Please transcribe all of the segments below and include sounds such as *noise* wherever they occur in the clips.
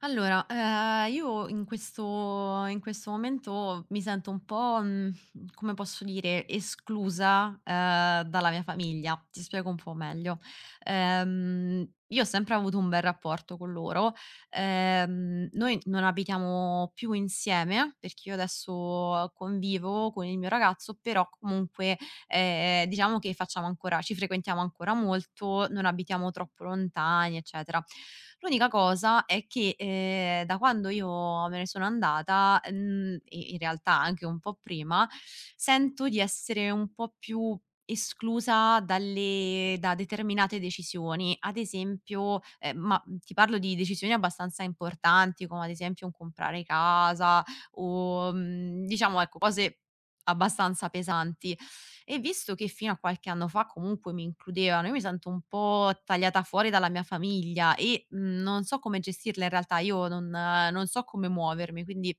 Io in questo momento mi sento un po', come posso dire, esclusa, dalla mia famiglia. Ti spiego un po' meglio. Ehm, io ho sempre avuto un bel rapporto con loro. Noi non abitiamo più insieme, perché io adesso convivo con il mio ragazzo, però comunque. Diciamo che facciamo ancora ci frequentiamo ancora molto, non abitiamo troppo lontani, eccetera. L'unica cosa è che, da quando io me ne sono andata, e in realtà anche un po' prima, sento di essere un po' più esclusa dalle da determinate decisioni. Ad esempio, ma ti parlo di decisioni abbastanza importanti, come ad esempio un comprare casa o, diciamo ecco, cose abbastanza pesanti. E visto che fino a qualche anno fa comunque mi includevano, io mi sento un po' tagliata fuori dalla mia famiglia e, non so come gestirla in realtà, io non non so come muovermi, quindi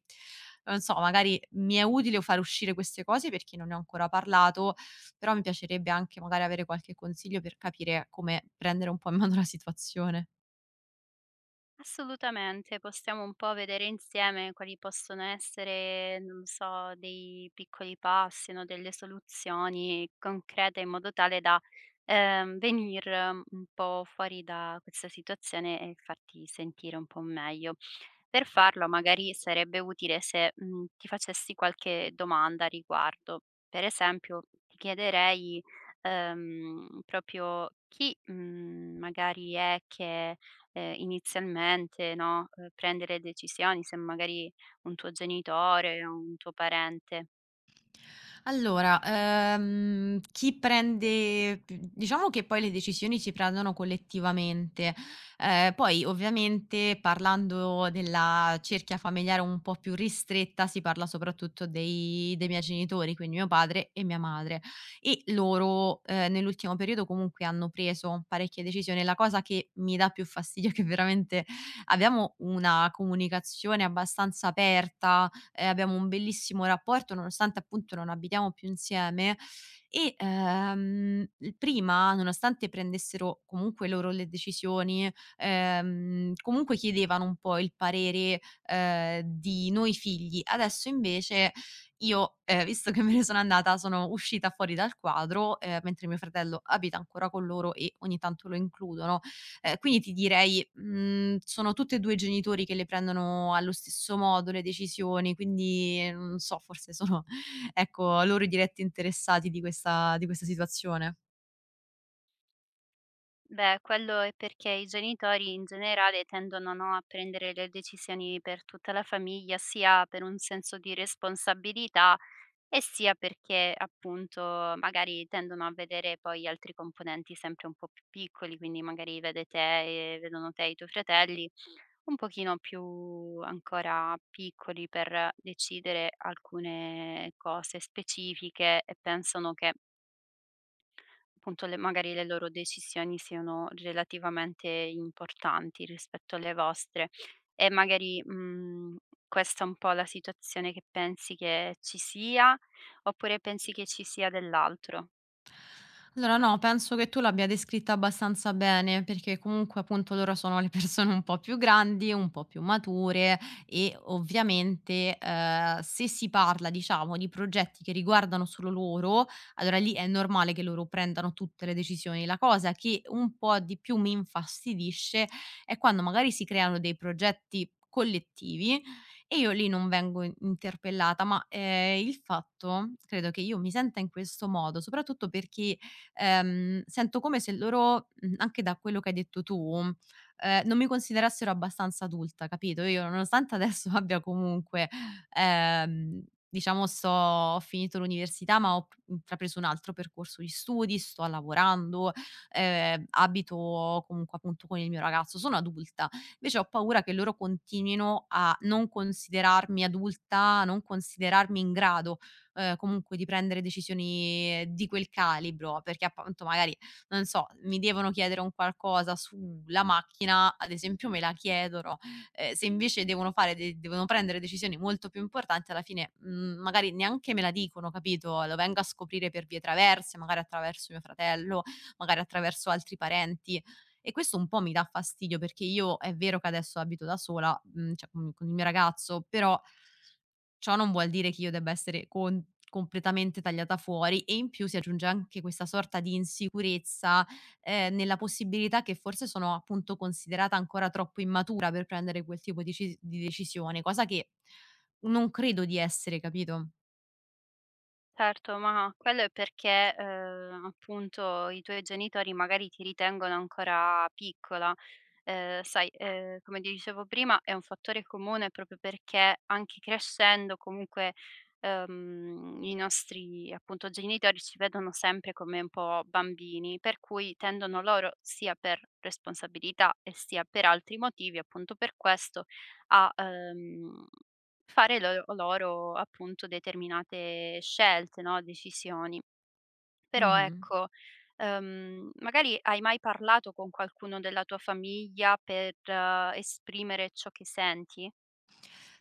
non so, magari mi è utile far uscire queste cose perché non ne ho ancora parlato, però mi piacerebbe anche magari avere qualche consiglio per capire come prendere un po' in mano la situazione. Assolutamente, possiamo un po' vedere insieme quali possono essere, non so, dei piccoli passi, no, delle soluzioni concrete in modo tale da venir un po' fuori da questa situazione e farti sentire un po' meglio. Per farlo magari sarebbe utile se, ti facessi qualche domanda a riguardo. Per esempio, ti chiederei, proprio chi, magari è che, inizialmente, no, prende le decisioni, se magari un tuo genitore o un tuo parente. Chi prende p diciamo che poi le decisioni si prendono collettivamente. Poi ovviamente parlando della cerchia familiare un po' più ristretta, si parla soprattutto dei miei genitori, quindi mio padre e mia madre. E loro, nell'ultimo periodo comunque hanno preso parecchie decisioni. La cosa che mi dà più fastidio è che veramente abbiamo una comunicazione abbastanza aperta, e abbiamo un bellissimo rapporto nonostante appunto non abitiamo più insieme e, il prima nonostante prendessero comunque loro le decisioni, comunque chiedevano un po' il parere, di noi figli. Adesso invece io, visto che me ne sono andata, sono uscita fuori dal quadro, mentre mio fratello abita ancora con loro e ogni tanto lo includono. Quindi ti direi, sono tutti e 2 i genitori che le prendono allo stesso modo le decisioni, quindi non so, forse sono, *laughs* ecco, loro i diretti interessati di questa situazione. Beh, quello è perché i genitori in generale tendono, no, a prendere le decisioni per tutta la famiglia, sia per un senso di responsabilità e sia perché appunto magari tendono a vedere poi altri componenti sempre un po' più piccoli, quindi magari vede te e vedono te e i tuoi fratelli un pochino più ancora piccoli per decidere alcune cose specifiche e pensano che appunto le magari le loro decisioni siano relativamente importanti rispetto alle vostre e magari, questa è un po' la situazione che pensi che ci sia, oppure pensi che ci sia dell'altro? Allora no, penso che tu l'abbia descritta abbastanza bene, perché comunque appunto loro sono le *laughs* persone un po' più grandi, un po' più mature e ovviamente, se si parla diciamo di progetti che riguardano solo loro, allora lì è normale che loro prendano tutte le decisioni. La cosa che un po' di più mi infastidisce è quando magari si creano dei progetti collettivi e io lì non vengo in interpellata, ma, il fatto credo che io mi senta in questo modo, soprattutto perché sento come se loro, anche da quello che hai detto tu, non mi considerassero abbastanza adulta, capito? Io nonostante adesso *laughs* abbia comunque, ehm, diciamo sto ho finito l'università, ma ho p intrapreso un altro percorso di studi, sto lavorando, abito comunque appunto con il mio ragazzo, sono adulta. Invece ho paura che loro continuino a non considerarmi adulta, a non considerarmi in grado comunque di prendere decisioni di quel calibro, perché appunto magari, non so, mi devono chiedere un qualcosa sulla macchina, ad esempio me la chiedono, se invece devono fare de devono prendere decisioni molto più importanti alla fine, magari neanche me la dicono, capito, lo vengo a scoprire per vie traverse, magari attraverso mio fratello, magari attraverso altri parenti e questo un po' mi dà fastidio perché io è vero che adesso abito da sola, cioè con il mio ragazzo, però ciò non vuol dire che io debba essere con completamente tagliata fuori e in più si aggiunge anche questa sorta di insicurezza, nella possibilità che forse sono appunto considerata ancora troppo immatura per prendere quel tipo di decisione, cosa che non credo di essere, capito? Certo, ma quello è perché, appunto i tuoi genitori magari ti ritengono ancora piccola. Sai, come ti dicevo prima è un fattore comune proprio perché anche crescendo comunque, i nostri appunto genitori ci vedono sempre come un po' bambini, per cui tendono loro, sia per responsabilità e sia per altri motivi, appunto per questo, a, fare lo loro appunto determinate scelte, no, decisioni. Però Mh-mh. ecco, magari hai mai parlato con qualcuno della tua famiglia per esprimere ciò che senti?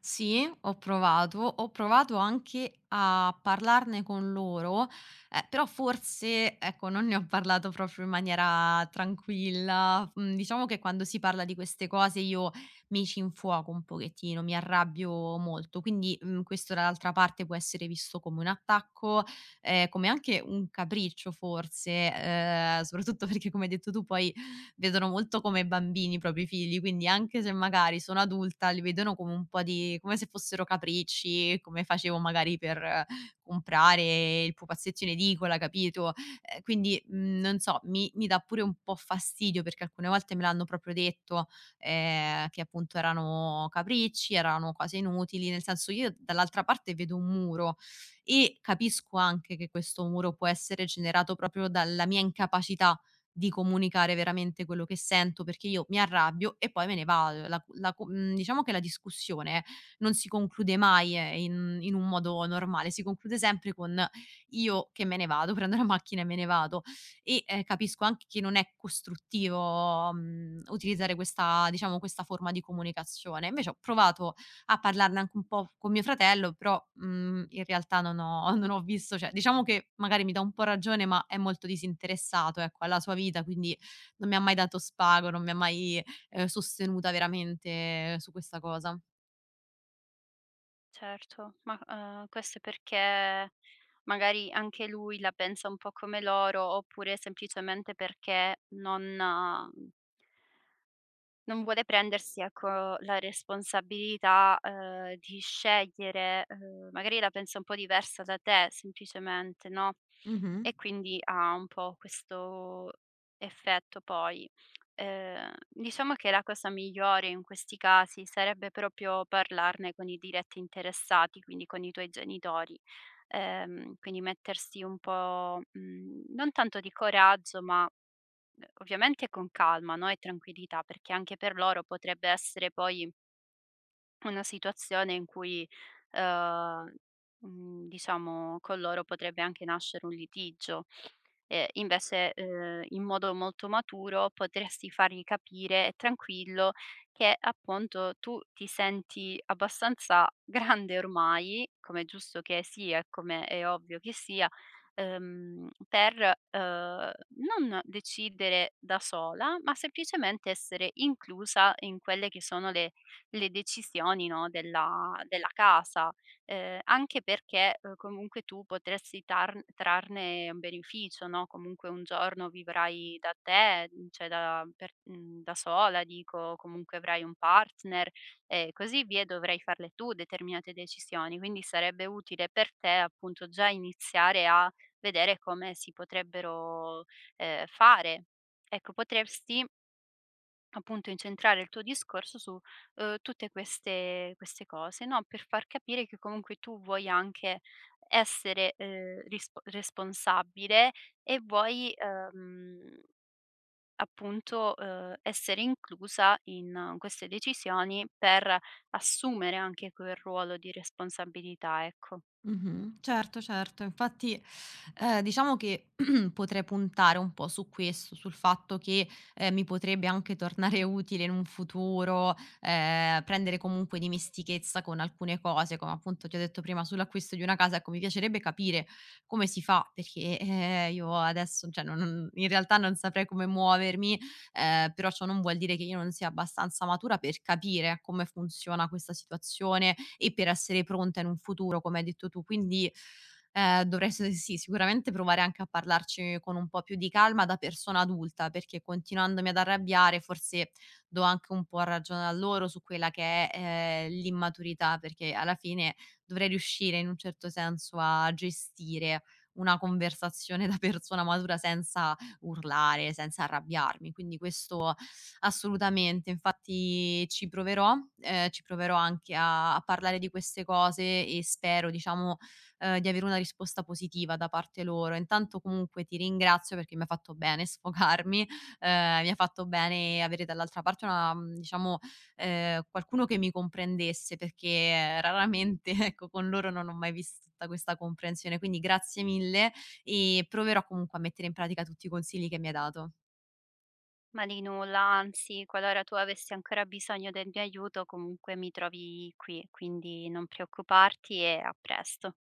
Sì, ho provato anche a parlarne con loro, però forse, ecco, non ne ho parlato proprio in maniera tranquilla. Diciamo che quando si parla di queste cose io mi ci infuoco un pochettino, mi arrabbio molto, quindi questo dall'altra parte può essere visto come un attacco, come anche un capriccio forse, soprattutto *laughs* perché come hai detto tu poi vedono molto come bambini i propri figli, quindi anche se magari sono adulta li vedono come un po' di come se fossero capricci, come facevo magari per comprare il pupazzetto in edicola, capito? Quindi, non so, mi dà pure un po' fastidio perché alcune volte me l'hanno proprio detto, che appunto erano capricci, erano cose inutili, nel senso io dall'altra parte vedo un muro e capisco anche che questo muro può essere generato proprio dalla mia incapacità di comunicare veramente quello che sento, perché io mi arrabbio e poi me ne vado. Diciamo che la discussione non si conclude mai, in un modo normale, si conclude sempre con io che me ne vado, *laughs* prendo la macchina e me ne vado. E, capisco anche che non è costruttivo, utilizzare questa diciamo, questa forma di comunicazione. Invece ho provato a parlarne anche un po' con mio fratello, però, in realtà non ho *laughs* non ho visto cioè, diciamo che magari mi dà un po' ragione, ma è molto disinteressato, ecco, alla sua vita, quindi non mi ha mai dato spago, non mi ha mai, sostenuta veramente su questa cosa. Certo, ma, questo è perché magari anche lui la pensa un po' come loro, oppure semplicemente perché non vuole prendersi, ecco, la responsabilità, di scegliere, magari la pensa un po' diversa da te semplicemente, no, Mh-mh. e quindi ha un po' questo effetto poi. Diciamo che la cosa migliore in questi casi sarebbe proprio parlarne con i diretti interessati, quindi con i tuoi genitori. Quindi mettersi un po', non tanto di coraggio, ma ovviamente con calma, no, e tranquillità, perché anche per loro potrebbe essere poi una situazione in cui, uhm, diciamo con loro potrebbe anche nascere un litigio. E invece, in modo molto maturo potresti fargli capire, tranquillo, che appunto tu ti senti abbastanza *laughs* grande ormai, come è giusto che sia e come è ovvio che sia, per, uhm, non decidere da sola, ma semplicemente essere inclusa in quelle che sono le decisioni, no, della casa, anche perché, comunque tu potresti tarn trarne un beneficio, no, comunque un giorno vivrai da te, mhmm, cioè da per mhmm, da sola dico, comunque avrai un partner e così via, dovrai farle tu determinate decisioni, quindi sarebbe utile per te, appunto, già iniziare a vedere come si potrebbero, fare. Ecco, potresti appunto incentrare il tuo discorso su, tutte queste cose, no, per far capire che comunque tu vuoi anche essere, risp responsabile e vuoi, essere inclusa in queste decisioni per assumere anche quel ruolo di responsabilità, ecco. Mh-mh. Certo, certo. Infatti, diciamo che *clears throat* potrei puntare un po' su questo, sul fatto che, mi potrebbe anche tornare *laughs* utile in un futuro, prendere comunque dimestichezza con alcune cose, come appunto ti ho detto prima sull'acquisto di una casa. Ecco, mi piacerebbe capire come si fa, perché, io adesso cioè non non in realtà non saprei come muovermi, però ciò non vuol dire che io non sia abbastanza matura per capire come funziona questa situazione, e per essere pronta in un futuro, come hai detto tu. Quindi, dovrei s sì, sicuramente provare anche a parlarci con un po' più di calma da persona adulta, perché continuandomi ad arrabbiare forse do anche un po' ragione a loro su quella che è, l'immaturità, perché alla fine dovrei riuscire in un certo senso a gestire una conversazione *laughs* da persona matura senza urlare, senza arrabbiarmi. Quindi questo assolutamente, infatti ci proverò anche a parlare di queste cose e spero diciamo, di avere una risposta positiva da parte loro. Intanto comunque ti ringrazio perché mi ha fatto bene *laughs* sfogarmi, mi ha fatto bene avere dall'altra parte una diciamo, qualcuno che mi comprendesse perché raramente, *laughs* ecco, con loro non ho mai visto tutta questa comprensione. Quindi grazie mille e proverò comunque a mettere in pratica tutti i consigli che mi hai dato. Ma di nulla, anzi, qualora tu avessi ancora bisogno del mio aiuto comunque mi trovi qui, quindi non preoccuparti e a presto.